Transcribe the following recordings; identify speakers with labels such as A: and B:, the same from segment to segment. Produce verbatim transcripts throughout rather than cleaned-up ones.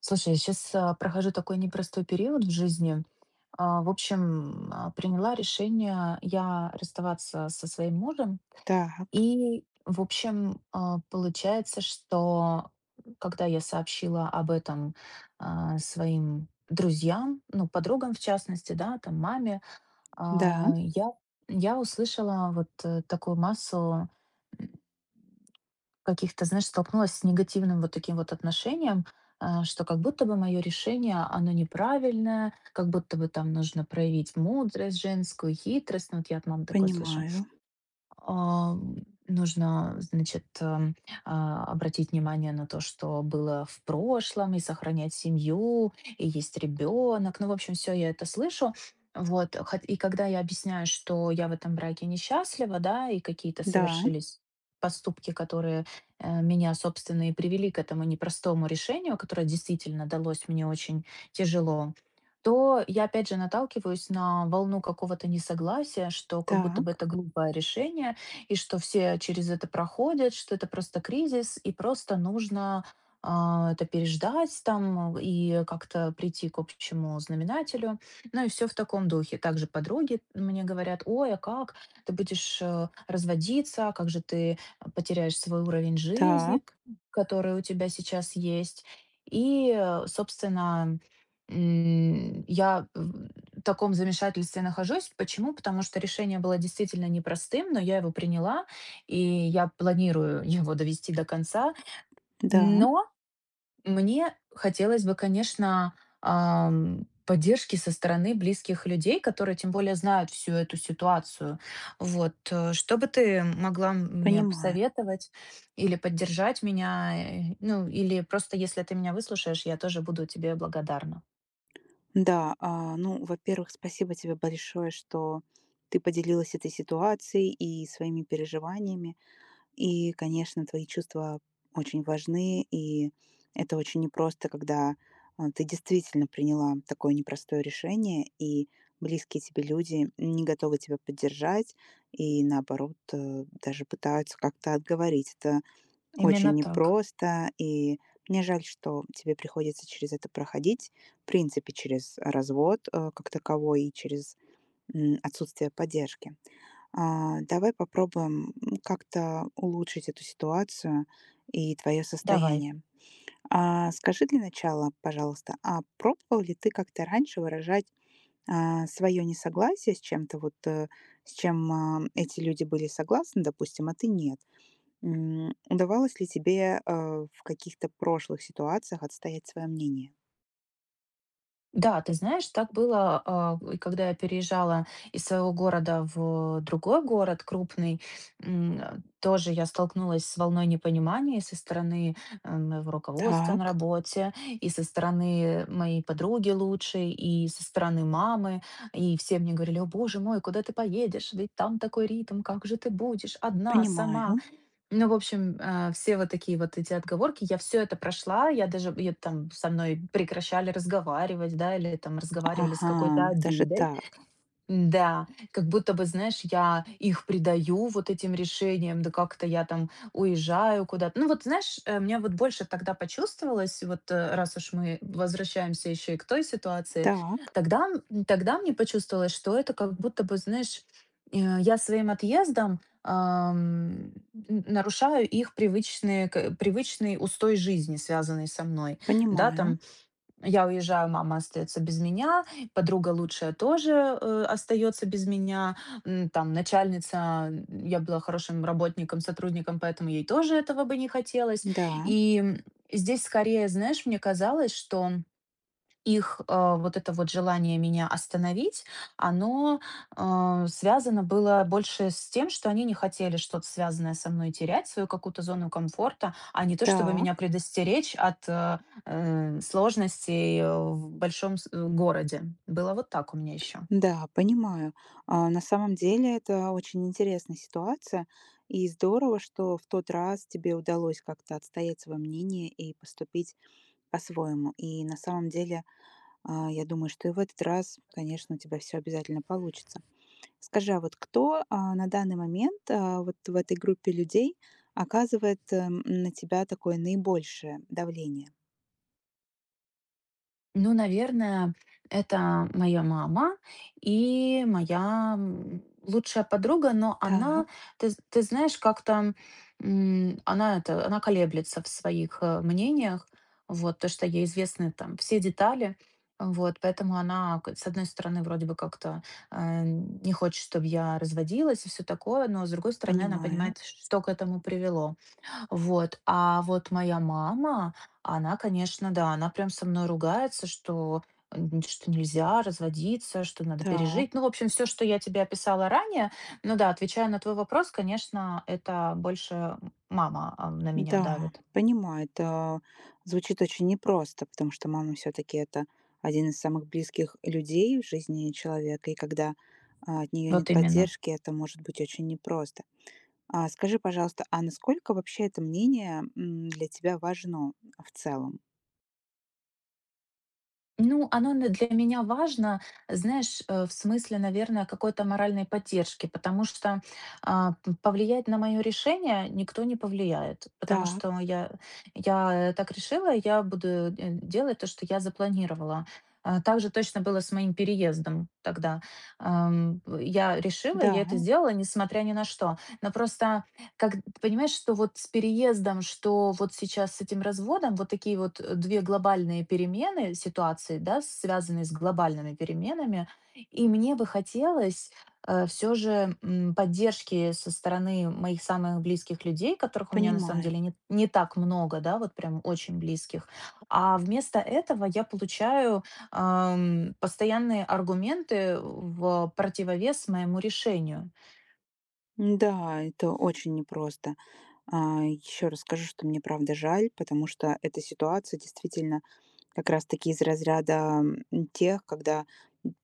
A: Слушай, я сейчас прохожу такой непростой период в жизни. А, В общем, а, приняла решение я расставаться со своим мужем.
B: Так,
A: И, в общем, а, получается, что когда я сообщила об этом а, своим друзьям, ну, подругам в частности, да, там, маме,
B: да,
A: а, я, я услышала вот э, такую массу каких-то, знаешь, столкнулась с негативным вот таким вот отношением, а, что как будто бы мое решение, оно неправильное, как будто бы там нужно проявить мудрость женскую, хитрость. Ну, вот я от мамы такое слышу.
B: понимаю.
A: Ам, нужно, значит, ам, а, обратить внимание на то, что было в прошлом, и сохранять семью, и есть ребенок. Ну, в общем, все, я это слышу. Вот, хот и когда я объясняю, что я в этом браке несчастлива, да, и какие-то
B: Да,
A: совершились поступки, которые, э, меня, собственно, и привели к этому непростому решению, которое действительно далось мне очень тяжело, то я опять же наталкиваюсь на волну какого-то несогласия, что как будто бы
B: так,
A: это глупое решение, и что все через это проходят, что это просто кризис, и просто нужно а, это переждать там и как-то прийти к общему знаменателю. Ну и все в таком духе. Также подруги мне говорят, ой, а как ты будешь э, разводиться, а как же ты потеряешь свой уровень жизни,
B: так,
A: который у тебя сейчас есть. И, э, собственно, М, я в таком замешательстве нахожусь. Почему? Потому что решение было действительно непростым, но я его приняла, и я планирую его довести до конца.
B: да,
A: Но мне хотелось бы, конечно, ам, поддержки со стороны близких людей, которые тем более знают всю эту ситуацию. Вот, э, что бы ты могла мне
B: понимаю.
A: посоветовать или поддержать меня, э, ну, или просто если ты меня выслушаешь, я тоже буду тебе благодарна.
B: Да, а, ну, во-первых, спасибо тебе большое, что ты поделилась этой ситуацией и своими переживаниями. И, конечно, твои чувства очень важны, и это очень непросто, когда а, ты действительно приняла такое непростое решение, и близкие тебе люди не готовы тебя поддержать, и наоборот, э, даже пытаются как-то отговорить. Это очень
A: Именно так.
B: непросто, и мне жаль, что тебе приходится через это проходить. В принципе, через развод, э, как таковой и через м, отсутствие поддержки. А, Давай попробуем м, как-то улучшить эту ситуацию и твое
A: Давай.
B: состояние. А, Скажи для начала, пожалуйста, а пробовал ли ты как-то раньше выражать свое несогласие с чем-то, вот э, с чем а, эти люди были согласны, допустим, а ты нет? М, удавалось ли тебе, а, в каких-то прошлых ситуациях отстоять свое мнение?
A: Да, ты знаешь, так было, а, и когда я переезжала из своего города в другой город крупный, м, э, тоже я столкнулась с волной непонимания со стороны э, моего руководства на
B: Так,
A: работе, и со стороны моей подруги лучшей, и со стороны мамы. И все мне говорили, о боже мой, куда ты поедешь? Ведь там такой ритм, как же ты будешь одна, сама?
B: понимаю.
A: Ну, в общем, э, все вот такие вот эти отговорки, я все это прошла, я даже я там со мной прекращали разговаривать, да, или там разговаривали с
B: Ага,
A: какой-то
B: даже
A: обидой.
B: так.
A: Да, как будто бы, знаешь, я их предаю вот этим решениям, да как-то я там уезжаю куда-то. Ну вот, знаешь, э, мне вот больше тогда почувствовалось, вот э, раз уж мы возвращаемся еще и к той ситуации,
B: Так,
A: тогда, м, тогда мне почувствовалось, что это как будто бы, знаешь, э, я своим отъездом ам, н- нарушаю их привычные, к- привычный устой жизни, связанный со мной, да,
B: понимаю.
A: там я уезжаю, мама остается без меня, подруга лучшая тоже, э, остается без меня, м, там начальница, м, я была хорошим работником, сотрудником, поэтому ей тоже этого бы не хотелось.
B: Да,
A: И, м, здесь скорее, знаешь, мне казалось, что их, э, вот это вот желание меня остановить, оно, э, связано было больше с тем, что они не хотели что-то связанное со мной терять, свою какую-то зону комфорта, а не то, чтобы
B: так.
A: меня предостеречь от, э, э, сложностей, э, в большом с э, городе. Было вот так у меня еще.
B: Да, понимаю. А, на самом деле это очень интересная ситуация, и здорово, что в тот раз тебе удалось как-то отстоять свое мнение и поступить по-своему. И на самом деле, а, я думаю, что и в этот раз, конечно, у тебя все обязательно получится. Скажи, а вот кто, а, на данный момент, а, вот в этой группе людей оказывает, эм, на тебя такое наибольшее давление?
A: Ну, наверное, это моя мама и моя, м, лучшая подруга, но она,
B: Так,
A: ты з ты знаешь, как-то, м, она это, она колеблется в своих, э, мнениях, вот, то, что ей известны там все детали, вот, поэтому она, к с одной стороны, вроде бы как-то, э, не хочет, чтобы я разводилась и все такое, но, с другой стороны, она
B: понимаю.
A: понимает, что к этому привело. Вот. А вот моя мама, она, конечно, да, она прям со мной ругается, что н- что нельзя разводиться, что надо
B: Так,
A: пережить. Ну, в общем, все, что я тебе описала ранее. Ну да, отвечая на твой вопрос, конечно, это больше мама а, на меня
B: да,
A: давит.
B: понимаю. Это звучит очень непросто, потому что мама все-таки это один из самых близких людей в жизни человека, и когда, а, от нее
A: Вот
B: нет
A: именно.
B: поддержки, это может быть очень непросто. А скажи, пожалуйста, а насколько вообще это мнение, м, для тебя важно в целом?
A: Ну, оно н- для меня важно, знаешь, э, в смысле, наверное, какой-то моральной поддержки, потому что а, п- повлиять на мое решение никто не повлияет, потому
B: Так,
A: что я, я так решила, я буду э, делать то, что я запланировала. А, Так же точно было с моим переездом тогда. Ам, Я решила, я
B: да.
A: это сделала, несмотря ни на что. Но просто как ты понимаешь, что вот с переездом, что вот сейчас с этим разводом, вот такие вот э, две глобальные перемены ситуации, да, связанные с глобальными переменами. И мне бы хотелось все же м, поддержки со стороны моих самых близких людей, которых у меня на самом
B: Понимаю.
A: деле не, не так много, да, вот прям очень близких. А вместо этого я получаю ам, постоянные аргументы в противовес моему решению.
B: Да, это очень непросто. А, еще раз скажу, что мне правда жаль, потому что эта ситуация действительно как раз-таки из разряда м, тех, когда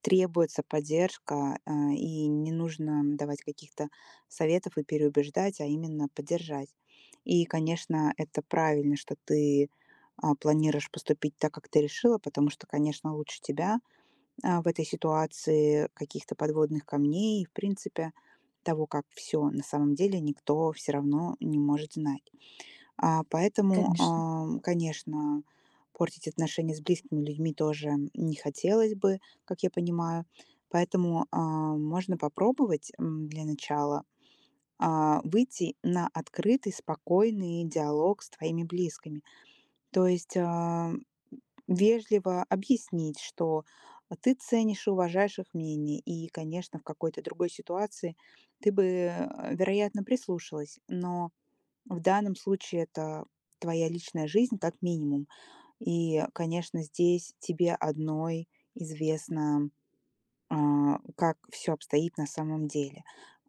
B: требуется поддержка, а, и не нужно давать каких-то советов и переубеждать, а именно поддержать. И, конечно, это правильно, что ты а, планируешь поступить так, как ты решила, потому что, конечно, лучше тебя а, в этой ситуации каких-то подводных камней и, в принципе, того, как все на самом деле никто все равно не может знать. А, поэтому,
A: Конечно.
B: ам, конечно, портить отношения с близкими людьми тоже не хотелось бы, как я понимаю. Поэтому а, можно попробовать м, для начала а, выйти на открытый, спокойный диалог с твоими близкими, то есть, а, вежливо объяснить, что ты ценишь и уважаешь их мнение, и, конечно, в какой-то другой ситуации ты бы, э, вероятно, прислушалась, но в данном случае это твоя личная жизнь как минимум. И, конечно, здесь тебе одной известно, а, как все обстоит на самом деле.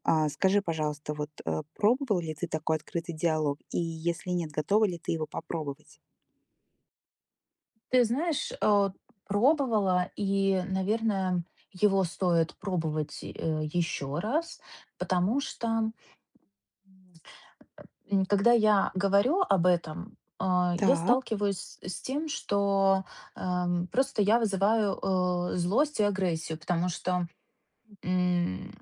B: А, скажи, пожалуйста, вот, э, пробовала ли ты такой открытый диалог? И если нет, готова ли ты его попробовать?
A: Ты знаешь, э, пробовала, и, наверное, его стоит пробовать э, еще раз, потому что, м, когда я говорю об этом, а, я
B: Так.
A: сталкиваюсь с с тем, что ам, просто я вызываю э, злость и агрессию, потому что М,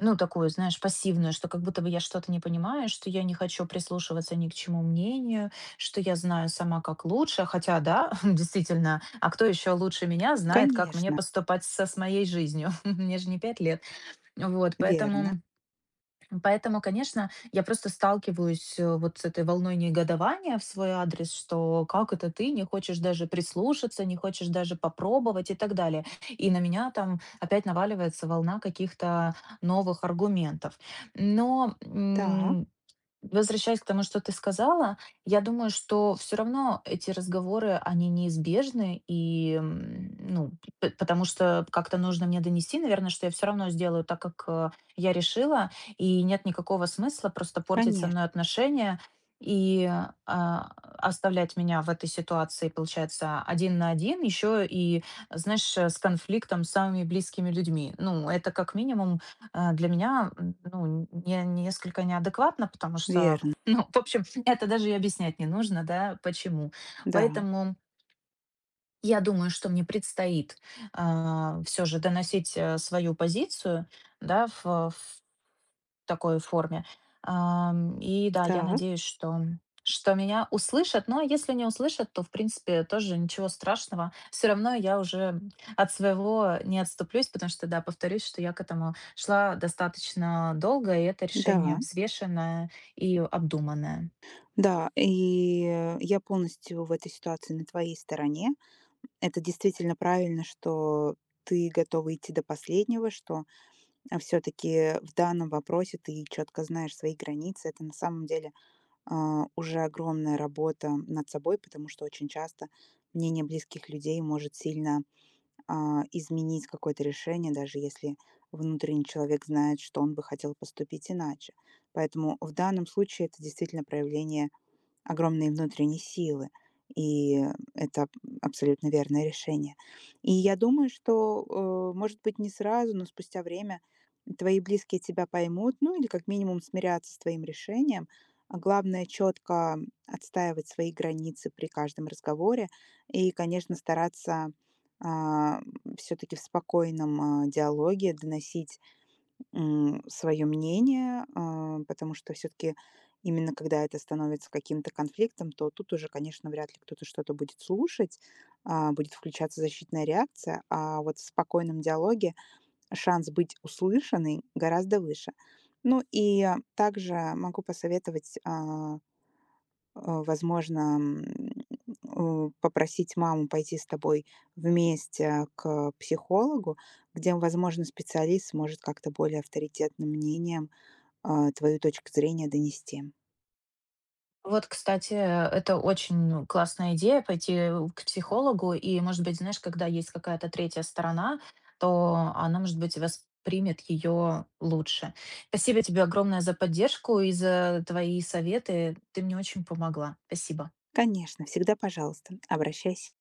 A: ну, такую, знаешь, пассивную, что как будто бы я что-то не понимаю, что я не хочу прислушиваться ни к чему мнению, что я знаю сама, как лучше. Хотя, да, действительно, а кто еще лучше меня знает, как мне
B: Конечно,
A: поступать со с моей жизнью? Мне же не пять лет. Вот,
B: верно.
A: поэтому Поэтому, конечно, я просто сталкиваюсь э, вот с этой волной негодования в свой адрес, что как это ты не хочешь даже прислушаться, не хочешь даже попробовать и так далее. И на меня там опять наваливается волна каких-то новых аргументов. Но
B: Да,
A: Возвращаясь к тому, что ты сказала, я думаю, что все равно эти разговоры, они неизбежны. И, м, ну, п потому что как-то нужно мне донести, наверное, что я все равно сделаю так, как, э, я решила. И нет никакого смысла просто портить со
B: конечно,
A: мной отношения и, а, оставлять меня в этой ситуации, получается, один на один, еще и, знаешь, э, с конфликтом с самыми близкими людьми. Ну, это как минимум э, для меня, м, ну, не несколько неадекватно, потому что,
B: верно.
A: ну, в общем, это даже и объяснять не нужно, да, почему.
B: Да,
A: Поэтому я думаю, что мне предстоит все же доносить э, свою позицию, да, в, такой форме. Ам, и да, я
B: да,
A: надеюсь, что что меня услышат. Но если не услышат, то, в принципе, тоже ничего страшного. Все равно я уже от своего не отступлюсь, потому что, да, повторюсь, что я к этому шла достаточно долго, и это решение
B: да,
A: взвешенное и обдуманное.
B: да. И э, я полностью в этой ситуации на твоей стороне. Это действительно правильно, что ты готова идти до последнего, что все-таки в данном вопросе ты четко знаешь свои границы. Это на самом деле а, уже огромная работа над собой, потому что очень часто мнение близких людей может сильно а, изменить какое-то решение, даже если внутренний человек знает, что он бы хотел поступить иначе. Поэтому в данном случае это действительно проявление огромные внутренние силы. И это абсолютно верное решение. И я думаю, что, э, может быть, не сразу, но спустя время твои близкие тебя поймут, ну или как минимум смирятся с твоим решением. А главное четко отстаивать свои границы при каждом разговоре и, конечно, стараться все-таки в спокойном а, диалоге доносить свое мнение, а, потому что все таки именно когда это становится каким-то конфликтом, то тут уже, конечно, вряд ли кто-то что-то будет слушать, а, будет включаться защитная реакция, а вот в спокойном диалоге шанс быть услышанной гораздо выше. Ну и также могу посоветовать, а, Э, возможно, м, э, попросить маму пойти с тобой вместе к психологу, где, возможно, специалист сможет как-то более авторитетным мнением, а, твою точку зрения донести.
A: Вот, кстати, это очень классная идея пойти к психологу. И, может быть, знаешь, когда есть какая-то третья сторона, то она, может быть, воспримет ее лучше. Спасибо тебе огромное за поддержку и за твои советы. Ты мне очень помогла. Спасибо.
B: Конечно, всегда пожалуйста, обращайся.